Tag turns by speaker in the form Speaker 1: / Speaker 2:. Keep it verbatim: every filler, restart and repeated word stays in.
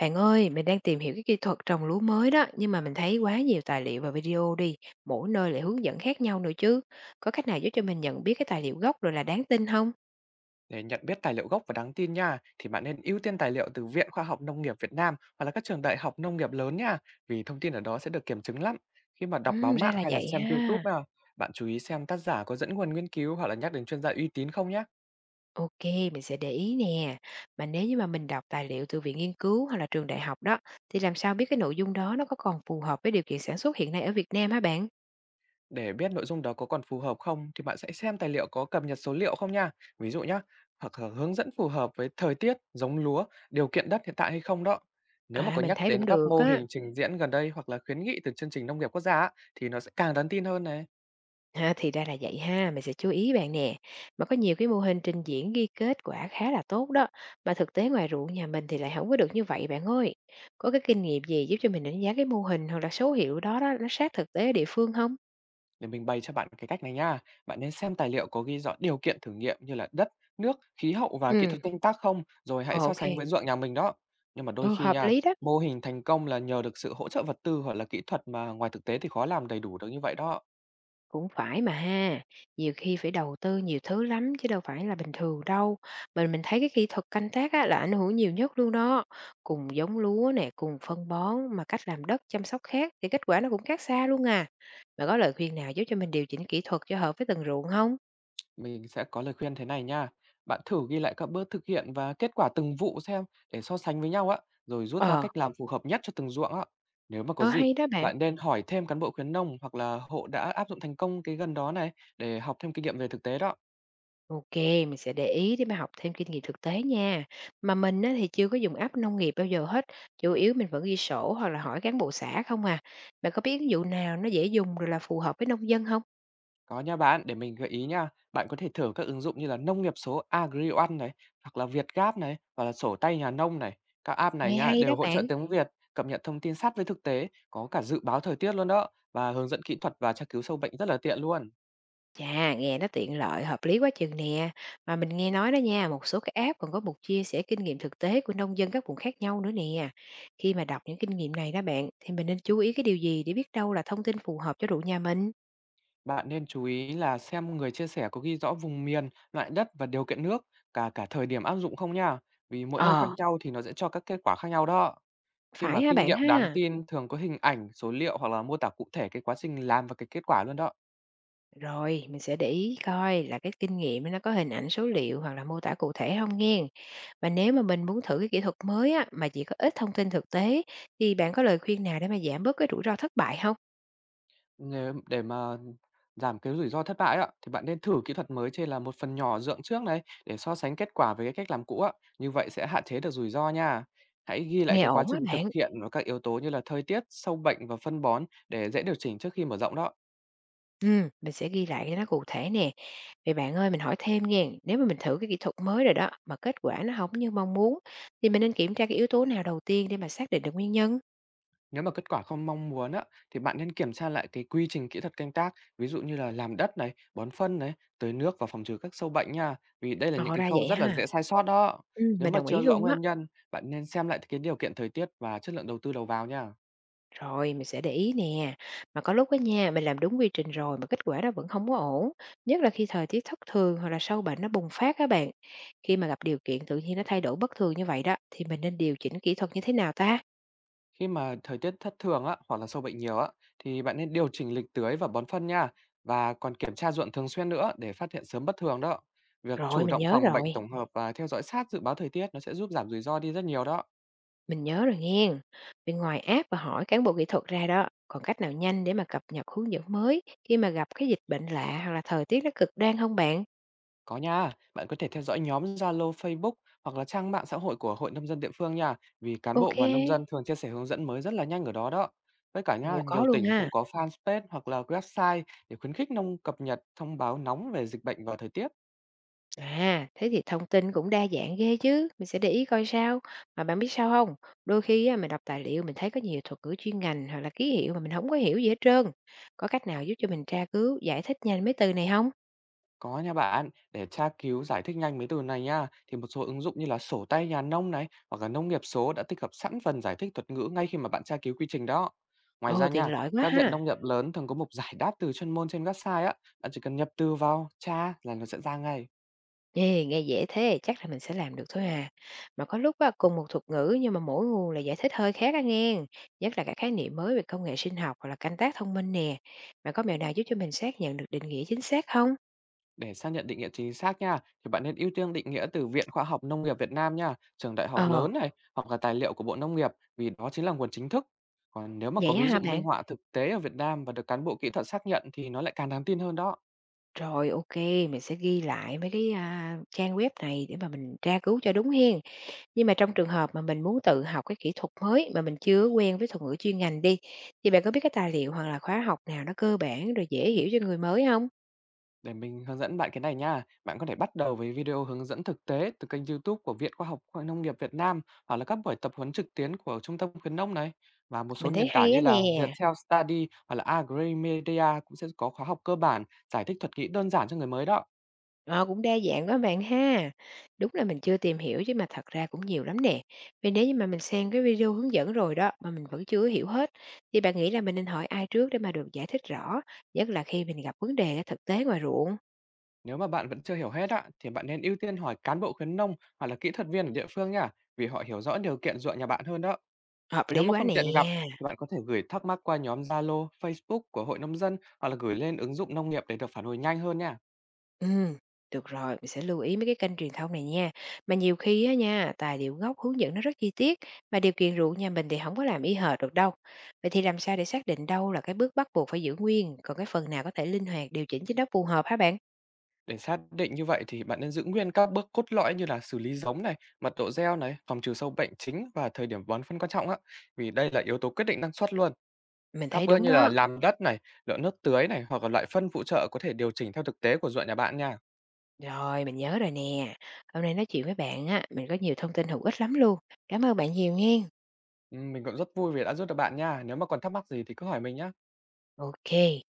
Speaker 1: Bạn ơi, mình đang tìm hiểu cái kỹ thuật trồng lúa mới đó, nhưng mà mình thấy quá nhiều tài liệu và video đi, mỗi nơi lại hướng dẫn khác nhau nữa chứ. Có cách nào giúp cho mình nhận biết cái tài liệu gốc rồi là đáng tin không?
Speaker 2: Để nhận biết tài liệu gốc và đáng tin nha, thì bạn nên ưu tiên tài liệu từ Viện Khoa học Nông nghiệp Việt Nam hoặc là các trường đại học nông nghiệp lớn nha, vì thông tin ở đó sẽ được kiểm chứng lắm. Khi mà đọc báo
Speaker 1: Ừm, ra
Speaker 2: mạng
Speaker 1: là
Speaker 2: hay là
Speaker 1: vậy
Speaker 2: xem
Speaker 1: ha.
Speaker 2: YouTube nha, bạn chú ý xem tác giả có dẫn nguồn nghiên cứu hoặc là nhắc đến chuyên gia uy tín không nhé.
Speaker 1: Ok, mình sẽ để ý nè. Mà nếu như mà mình đọc tài liệu từ viện nghiên cứu hoặc là trường đại học đó, thì làm sao biết cái nội dung đó nó có còn phù hợp với điều kiện sản xuất hiện nay ở Việt Nam hả bạn?
Speaker 2: Để biết nội dung đó có còn phù hợp không thì bạn sẽ xem tài liệu có cập nhật số liệu không nha. Ví dụ nhá, hoặc là hướng dẫn phù hợp với thời tiết, giống lúa, điều kiện đất hiện tại hay không đó. Nếu mà
Speaker 1: À,
Speaker 2: có
Speaker 1: mình
Speaker 2: nhắc
Speaker 1: thấy
Speaker 2: đến
Speaker 1: cũng
Speaker 2: các
Speaker 1: được
Speaker 2: mô
Speaker 1: á.
Speaker 2: hình trình diễn gần đây hoặc là khuyến nghị từ chương trình nông nghiệp quốc gia á, thì nó sẽ càng đáng tin hơn này.
Speaker 1: Ha, thì ra là vậy ha, mình sẽ chú ý bạn nè. Mà có nhiều cái mô hình trình diễn ghi kết quả khá là tốt đó, mà thực tế ngoài ruộng nhà mình thì lại không có được như vậy bạn ơi. Có cái kinh nghiệm gì giúp cho mình đánh giá cái mô hình hoặc là số hiệu đó đó nó sát thực tế ở địa phương không?
Speaker 2: Để mình bày cho bạn cái cách này nha. Bạn nên xem tài liệu có ghi rõ điều kiện thử nghiệm như là đất, nước, khí hậu và kỹ
Speaker 1: Ừ.
Speaker 2: thuật canh tác không, rồi hãy so
Speaker 1: Ok,
Speaker 2: sánh với ruộng nhà mình đó. Nhưng mà đôi
Speaker 1: ừ,
Speaker 2: khi
Speaker 1: hợp
Speaker 2: nha,
Speaker 1: lý đó.
Speaker 2: mô hình thành công là nhờ được sự hỗ trợ vật tư hoặc là kỹ thuật mà ngoài thực tế thì khó làm đầy đủ được như vậy đó.
Speaker 1: Cũng phải mà ha, nhiều khi phải đầu tư nhiều thứ lắm chứ đâu phải là bình thường đâu. Mình mình thấy cái kỹ thuật canh tác á, là ảnh hưởng nhiều nhất luôn đó. Cùng giống lúa nè, cùng phân bón mà cách làm đất chăm sóc khác thì kết quả nó cũng khác xa luôn à. Bạn có lời khuyên nào giúp cho mình điều chỉnh kỹ thuật cho hợp với từng ruộng không?
Speaker 2: Mình sẽ có lời khuyên thế này nha. Bạn thử ghi lại các bước thực hiện và kết quả từng vụ xem để so sánh với nhau á, rồi rút ra
Speaker 1: Ờ,
Speaker 2: cách làm phù hợp nhất cho từng ruộng á. Nếu mà có
Speaker 1: ờ
Speaker 2: dịp,
Speaker 1: hay đó bạn.
Speaker 2: bạn nên hỏi thêm cán bộ khuyến nông hoặc là hộ đã áp dụng thành công cái gần đó này để học thêm kinh nghiệm về thực tế đó.
Speaker 1: OK, mình sẽ để ý để mà học thêm kinh nghiệm thực tế nha. Mà mình á, thì chưa có dùng app nông nghiệp bao giờ hết, chủ yếu mình vẫn ghi sổ hoặc là hỏi cán bộ xã không à. Bạn có biết ứng dụng nào nó dễ dùng rồi là phù hợp với nông dân không?
Speaker 2: Có nha bạn, để mình gợi ý nha. Bạn có thể thử các ứng dụng như là Nông nghiệp số AgriOne này, hoặc là VietGap này, hoặc là sổ tay nhà nông này. Các app này
Speaker 1: Nghe
Speaker 2: nha
Speaker 1: hay đó
Speaker 2: đều hỗ
Speaker 1: bạn.
Speaker 2: trợ tiếng Việt, cập nhật thông tin sát với thực tế, có cả dự báo thời tiết luôn đó và hướng dẫn kỹ thuật và tra cứu sâu bệnh rất là tiện luôn.
Speaker 1: Chà, nghe nó tiện lợi, hợp lý quá chừng nè. Mà mình nghe nói đó nha, một số cái app còn có mục chia sẻ kinh nghiệm thực tế của nông dân các vùng khác nhau nữa nè. Khi mà đọc những kinh nghiệm này đó bạn, thì mình nên chú ý cái điều gì để biết đâu là thông tin phù hợp cho ruộng nhà mình?
Speaker 2: Bạn nên chú ý là xem người chia sẻ có ghi rõ vùng miền, loại đất và điều kiện nước, cả cả thời điểm áp dụng không nha. Vì mỗi nơi khác
Speaker 1: Ờ,
Speaker 2: nhau thì nó sẽ cho các kết quả khác nhau đó. Khi
Speaker 1: phải
Speaker 2: mà
Speaker 1: ha
Speaker 2: kinh
Speaker 1: bạn
Speaker 2: nghiệm đáng
Speaker 1: ha.
Speaker 2: tin thường có hình ảnh, số liệu hoặc là mô tả cụ thể cái quá trình làm và cái kết quả luôn đó.
Speaker 1: Rồi, mình sẽ để ý coi là cái kinh nghiệm nó có hình ảnh số liệu hoặc là mô tả cụ thể không nghe. Và nếu mà mình muốn thử cái kỹ thuật mới á, mà chỉ có ít thông tin thực tế thì bạn có lời khuyên nào để mà giảm bớt cái rủi ro thất bại không?
Speaker 2: Nếu để mà giảm cái rủi ro thất bại ạ, thì bạn nên thử kỹ thuật mới trên là một phần nhỏ dượng trước này để so sánh kết quả với cái cách làm cũ ạ, như vậy sẽ hạn chế được rủi ro nha. Hãy ghi lại
Speaker 1: Nghe
Speaker 2: cái quá
Speaker 1: ổn á
Speaker 2: trình thực
Speaker 1: bạn.
Speaker 2: hiện và các yếu tố như là thời tiết, sâu bệnh và phân bón để dễ điều chỉnh trước khi mở rộng đó.
Speaker 1: Ừ, mình sẽ ghi lại cho nó cụ thể nè. Vậy bạn ơi, mình hỏi thêm nghe, nếu mà mình thử cái kỹ thuật mới rồi đó mà kết quả nó không như mong muốn thì mình nên kiểm tra cái yếu tố nào đầu tiên để mà xác định được nguyên nhân?
Speaker 2: Nếu mà kết quả không mong muốn á, thì bạn nên kiểm tra lại cái quy trình kỹ thuật canh tác, ví dụ như là làm đất này, bón phân này, tưới nước và phòng trừ các sâu bệnh nha. Vì đây là những
Speaker 1: Ồ,
Speaker 2: cái
Speaker 1: ra
Speaker 2: khâu
Speaker 1: vậy
Speaker 2: rất là
Speaker 1: ha.
Speaker 2: dễ sai sót đó.
Speaker 1: Ừ,
Speaker 2: Nếu
Speaker 1: mình
Speaker 2: mà
Speaker 1: đồng ý
Speaker 2: chưa rõ
Speaker 1: luôn á.
Speaker 2: nguyên nhân, bạn nên xem lại cái điều kiện thời tiết và chất lượng đầu tư đầu vào nha.
Speaker 1: Rồi, mình sẽ để ý nè. Mà có lúc á nha, mình làm đúng quy trình rồi mà kết quả nó vẫn không có ổn. Nhất là khi thời tiết thất thường hoặc là sâu bệnh nó bùng phát các bạn. Khi mà gặp điều kiện tự nhiên nó thay đổi bất thường như vậy đó, thì mình nên điều chỉnh kỹ thuật như thế nào ta?
Speaker 2: Khi mà thời tiết thất thường á, hoặc là sâu bệnh nhiều á, thì bạn nên điều chỉnh lịch tưới và bón phân nha. Và còn kiểm tra ruộng thường xuyên nữa để phát hiện sớm bất thường đó. Việc
Speaker 1: Rồi,
Speaker 2: chủ
Speaker 1: mình
Speaker 2: động
Speaker 1: nhớ
Speaker 2: phòng bệnh
Speaker 1: rồi.
Speaker 2: tổng hợp và theo dõi sát dự báo thời tiết nó sẽ giúp giảm rủi ro đi rất nhiều đó.
Speaker 1: Mình nhớ rồi nghe. Bên ngoài app và hỏi cán bộ kỹ thuật ra đó, còn cách nào nhanh để mà cập nhật hướng dẫn mới khi mà gặp cái dịch bệnh lạ hoặc là thời tiết nó cực đoan không bạn?
Speaker 2: Có nha, bạn có thể theo dõi nhóm Zalo, Facebook hoặc là trang mạng xã hội của Hội nông dân địa phương nha, vì cán
Speaker 1: Ok.
Speaker 2: bộ và nông dân thường chia sẻ hướng dẫn mới rất là nhanh ở đó đó. Với cả nha,
Speaker 1: Ủa, có
Speaker 2: nhiều
Speaker 1: luôn
Speaker 2: tỉnh
Speaker 1: ha.
Speaker 2: cũng có fanpage hoặc là website để khuyến khích nông cập nhật thông báo nóng về dịch bệnh và thời tiết.
Speaker 1: À, thế thì thông tin cũng đa dạng ghê chứ, mình sẽ để ý coi sao. Mà bạn biết sao không? Đôi khi á, mình đọc tài liệu mình thấy có nhiều thuật ngữ chuyên ngành hoặc là ký hiệu mà mình không có hiểu gì hết trơn. Có cách nào giúp cho mình tra cứu, giải thích nhanh mấy từ này không?
Speaker 2: Có nha bạn, để tra cứu giải thích nhanh mấy từ này nha, thì một số ứng dụng như là sổ tay nhà nông này hoặc là nông nghiệp số đã tích hợp sẵn phần giải thích thuật ngữ ngay khi mà bạn tra cứu quy trình đó. Ngoài
Speaker 1: Ồ,
Speaker 2: ra
Speaker 1: tiện
Speaker 2: nha,
Speaker 1: lợi quá
Speaker 2: các viện
Speaker 1: ha.
Speaker 2: nông nghiệp lớn thường có mục giải đáp từ chuyên môn trên website á, bạn chỉ cần nhập từ vào tra là nó sẽ ra ngay.
Speaker 1: Ê, nghe dễ thế, chắc là mình sẽ làm được thôi à. Mà có lúc á, cùng một thuật ngữ nhưng mà mỗi nguồn là giải thích hơi khác á nghe. Nhất là các khái niệm mới về công nghệ sinh học hoặc là canh tác thông minh nè. Bạn có mẹo nào giúp cho mình xác nhận được định nghĩa chính xác không?
Speaker 2: Để xác nhận định nghĩa chính xác nha, thì bạn nên ưu tiên định nghĩa từ Viện Khoa học Nông nghiệp Việt Nam nha, trường đại học
Speaker 1: Ờ,
Speaker 2: lớn này, hoặc là tài liệu của Bộ Nông nghiệp, vì đó chính là nguồn chính thức. Còn nếu mà
Speaker 1: vậy
Speaker 2: có
Speaker 1: á
Speaker 2: ví
Speaker 1: hả
Speaker 2: dụ
Speaker 1: bạn?
Speaker 2: minh họa thực tế ở Việt Nam và được cán bộ kỹ thuật xác nhận thì nó lại càng đáng tin hơn đó.
Speaker 1: Rồi, ok, mình sẽ ghi lại mấy cái, a, trang web này để mà mình tra cứu cho đúng hen. Nhưng mà trong trường hợp mà mình muốn tự học cái kỹ thuật mới mà mình chưa quen với thuật ngữ chuyên ngành đi, thì bạn có biết cái tài liệu hoặc là khóa học nào nó cơ bản rồi dễ hiểu cho người mới không?
Speaker 2: Để mình hướng dẫn bạn cái này nha, bạn có thể bắt đầu với video hướng dẫn thực tế từ kênh YouTube của Viện Khoa học Khoa Nông nghiệp Việt Nam hoặc là các buổi tập huấn trực tuyến của Trung tâm khuyến nông này. Và một số
Speaker 1: Mình thấy
Speaker 2: nền tảng
Speaker 1: hay á
Speaker 2: như là
Speaker 1: nè,
Speaker 2: Viettel Study hoặc là Agrimedia cũng sẽ có khóa học cơ bản giải thích thuật ngữ đơn giản cho người mới đó.
Speaker 1: ờ, cũng đa dạng quá bạn ha. Đúng là mình chưa tìm hiểu chứ mà thật ra cũng nhiều lắm nè. Vậy nếu như mà mình xem cái video hướng dẫn rồi đó, mà mình vẫn chưa hiểu hết, thì bạn nghĩ là mình nên hỏi ai trước để mà được giải thích rõ, nhất là khi mình gặp vấn đề ở thực tế ngoài ruộng?
Speaker 2: Nếu mà bạn vẫn chưa hiểu hết á, thì bạn nên ưu tiên hỏi cán bộ khuyến nông hoặc là kỹ thuật viên ở địa phương nha, vì họ hiểu rõ điều kiện ruộng nhà bạn hơn đó.
Speaker 1: Hợp
Speaker 2: Nếu
Speaker 1: lý
Speaker 2: mà
Speaker 1: quá
Speaker 2: không
Speaker 1: nè.
Speaker 2: tiện gặp, thì bạn có thể gửi thắc mắc qua nhóm Zalo, Facebook của Hội Nông dân hoặc là gửi lên ứng dụng nông nghiệp để được phản hồi nhanh hơn nha.
Speaker 1: Ừm, được rồi, mình sẽ lưu ý mấy cái kênh truyền thông này nha. Mà nhiều khi á nha, tài liệu gốc hướng dẫn nó rất chi tiết, mà điều kiện ruộng nhà mình thì không có làm y hệt được đâu. Vậy thì làm sao để xác định đâu là cái bước bắt buộc phải giữ nguyên, còn cái phần nào có thể linh hoạt điều chỉnh cho nó phù hợp hả bạn?
Speaker 2: Để xác định như vậy thì bạn nên giữ nguyên các bước cốt lõi như là xử lý giống này, mật độ gieo này, phòng trừ sâu bệnh chính và thời điểm bón phân quan trọng á, vì đây là yếu tố quyết định năng suất luôn.
Speaker 1: Mình
Speaker 2: Các
Speaker 1: thấy
Speaker 2: bước
Speaker 1: đúng
Speaker 2: như là
Speaker 1: đó.
Speaker 2: làm đất này, lượng nước tưới này hoặc là loại phân phụ trợ có thể điều chỉnh theo thực tế của ruộng nhà bạn nha.
Speaker 1: Rồi, mình nhớ rồi nè. Hôm nay nói chuyện với bạn á, mình có nhiều thông tin hữu ích lắm luôn. Cảm ơn bạn nhiều nghe.
Speaker 2: Ừm, mình cũng rất vui vì đã giúp được bạn nha. Nếu mà còn thắc mắc gì thì cứ hỏi mình nhé.
Speaker 1: OK.